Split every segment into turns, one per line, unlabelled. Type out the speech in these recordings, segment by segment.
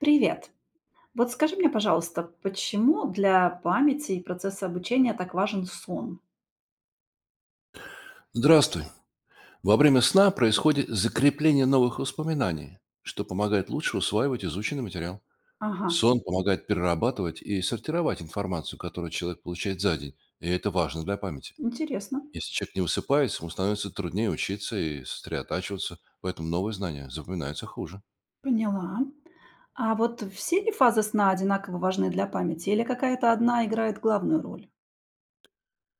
Привет! Вот скажи мне, пожалуйста, почему для памяти и процесса обучения так важен сон?
Здравствуй. Во время сна происходит закрепление новых воспоминаний, что помогает лучше усваивать изученный материал.
Ага,
Сон помогает перерабатывать и сортировать информацию, которую человек получает за день, и это важно для памяти.
интересно,
Если человек не высыпается, ему становится труднее учиться и сосредотачиваться, поэтому новые знания запоминаются хуже.
поняла. А вот все ли фазы сна одинаково важны для памяти или какая-то одна играет главную роль?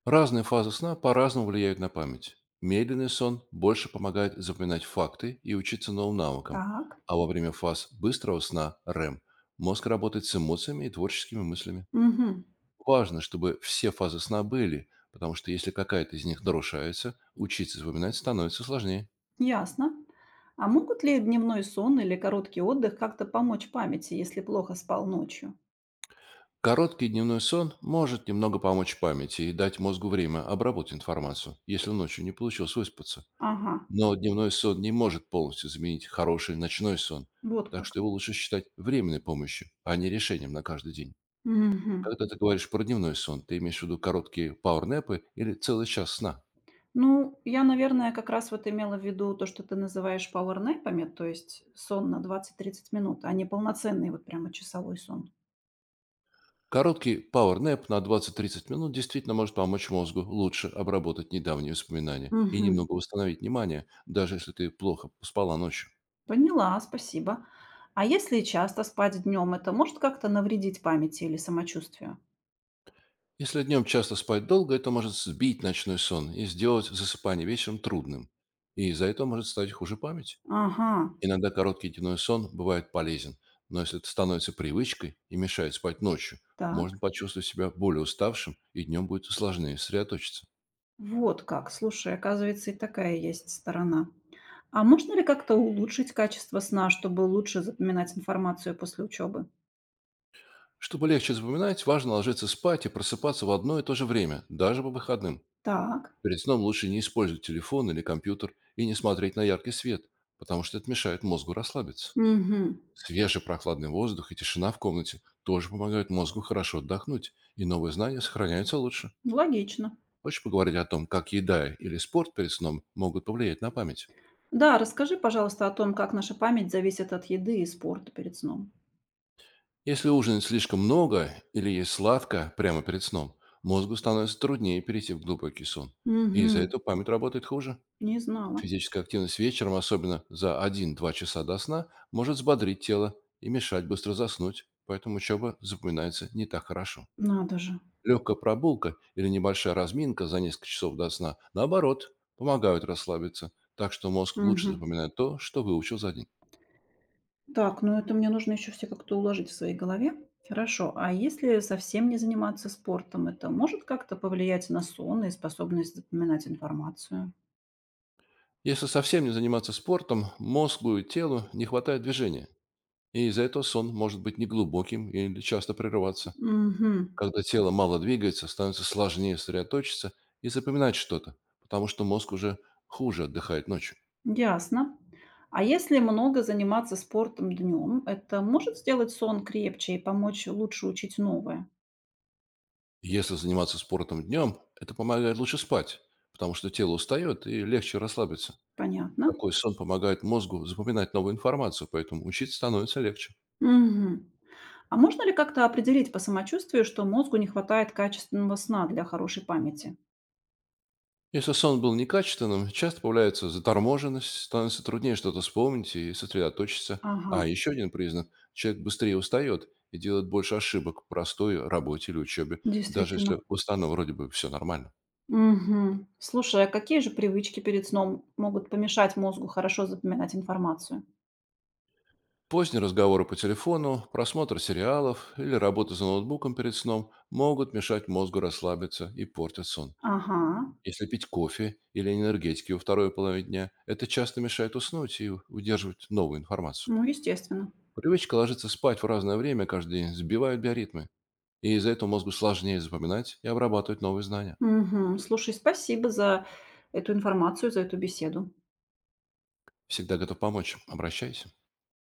Разные фазы сна по-разному влияют на память. Медленный сон больше помогает запоминать факты и учиться новым навыкам,
Так,
а во время фаз быстрого сна РЭМ мозг работает с эмоциями и творческими мыслями.
угу,
Важно, чтобы все фазы сна были, потому что если какая-то из них нарушается, учиться запоминать становится сложнее.
ясно. А могут ли дневной сон или короткий отдых как-то помочь памяти, если плохо спал ночью?
Короткий дневной сон может немного помочь памяти и дать мозгу время обработать информацию, если ночью не получилось выспаться.
Ага,
Но дневной сон не может полностью заменить хороший ночной сон,
вот
так
как.
что его лучше считать временной помощью, а не решением на каждый день.
Угу.
Когда ты говоришь про дневной сон, ты имеешь в виду короткие пауэрнэпы или целый час сна?
Ну, я, наверное, как раз вот имела в виду то, что ты называешь пауэрнэпами, то есть сон на 20-30 минут, а не полноценный вот прямо часовой сон.
Короткий пауэрнэп на 20-30 минут действительно может помочь мозгу лучше обработать недавние воспоминания и
Мгм.
немного восстановить внимание, даже если ты плохо спала ночью.
Поняла, спасибо. А если часто спать днем, это может как-то навредить памяти или самочувствию?
Если днем часто спать долго, это может сбить ночной сон и сделать засыпание вечером трудным. И из-за этого может стать хуже память.
Ага,
Иногда короткий дневной сон бывает полезен, но если это становится привычкой и мешает спать ночью,
так.
можно почувствовать себя более уставшим и днем будет сложнее сосредоточиться.
Вот как. Слушай, оказывается, и такая есть сторона. А можно ли как-то улучшить качество сна, чтобы лучше запоминать информацию после учебы?
Чтобы легче запоминать, важно ложиться спать и просыпаться в одно и то же время, даже по выходным.
Так.
Перед сном лучше не использовать телефон или компьютер и не смотреть на яркий свет, потому что это мешает мозгу расслабиться.
Угу.
Свежий прохладный воздух и тишина в комнате тоже помогают мозгу хорошо отдохнуть, и новые знания сохраняются лучше.
Логично.
Хочешь поговорить о том, как еда или спорт перед сном могут повлиять на память?
Да, расскажи, пожалуйста, о том, как наша память зависит от еды и спорта перед сном.
Если ужинать слишком много или есть сладко прямо перед сном, мозгу становится труднее перейти в глубокий сон. И из-за
Мгм.
этого память работает хуже.
Не знала.
Физическая активность вечером, особенно за один-два часа до сна, может взбодрить тело и мешать быстро заснуть, поэтому учеба запоминается не так хорошо.
Надо же.
Легкая прогулка или небольшая разминка за несколько часов до сна, наоборот, помогают расслабиться, так что мозг лучше
Мгм.
запоминает то, что выучил за день.
Так, ну это мне нужно еще все как-то уложить в своей голове. Хорошо. А если совсем не заниматься спортом, это может как-то повлиять на сон и способность запоминать информацию?
Если совсем не заниматься спортом, мозгу и телу не хватает движения, и из-за этого сон может быть неглубоким или часто прерываться.
Угу,
Когда тело мало двигается, становится сложнее сосредоточиться и запоминать что-то, потому что мозг уже хуже отдыхает ночью.
ясно. А если много заниматься спортом днем, это может сделать сон крепче и помочь лучше учить новое?
Если заниматься спортом днем, это помогает лучше спать, потому что тело устает и легче расслабиться.
Понятно.
Такой сон помогает мозгу запоминать новую информацию, поэтому учиться становится легче.
Мгм. А можно ли как-то определить по самочувствию, что мозгу не хватает качественного сна для хорошей памяти?
Если сон был некачественным, часто появляется заторможенность, становится труднее что-то вспомнить и сосредоточиться.
Ага,
А еще один признак — человек быстрее устает и делает больше ошибок в простой работе или учебе, даже
действительно.
если устану вроде бы все нормально.
Мгм. Слушай, а какие же привычки перед сном могут помешать мозгу хорошо запоминать информацию?
Поздние разговоры по телефону, просмотр сериалов или работа за ноутбуком перед сном могут мешать мозгу расслабиться и портят сон.
Ага,
Если пить кофе или энергетики во второй половине дня, это часто мешает уснуть и удерживать новую информацию.
ну, естественно.
Привычка ложиться спать в разное время каждый день сбивает биоритмы, и из-за этого мозгу сложнее запоминать и обрабатывать новые знания.
Мгм. Слушай, спасибо за эту информацию, за эту беседу.
Всегда готов помочь. Обращайся.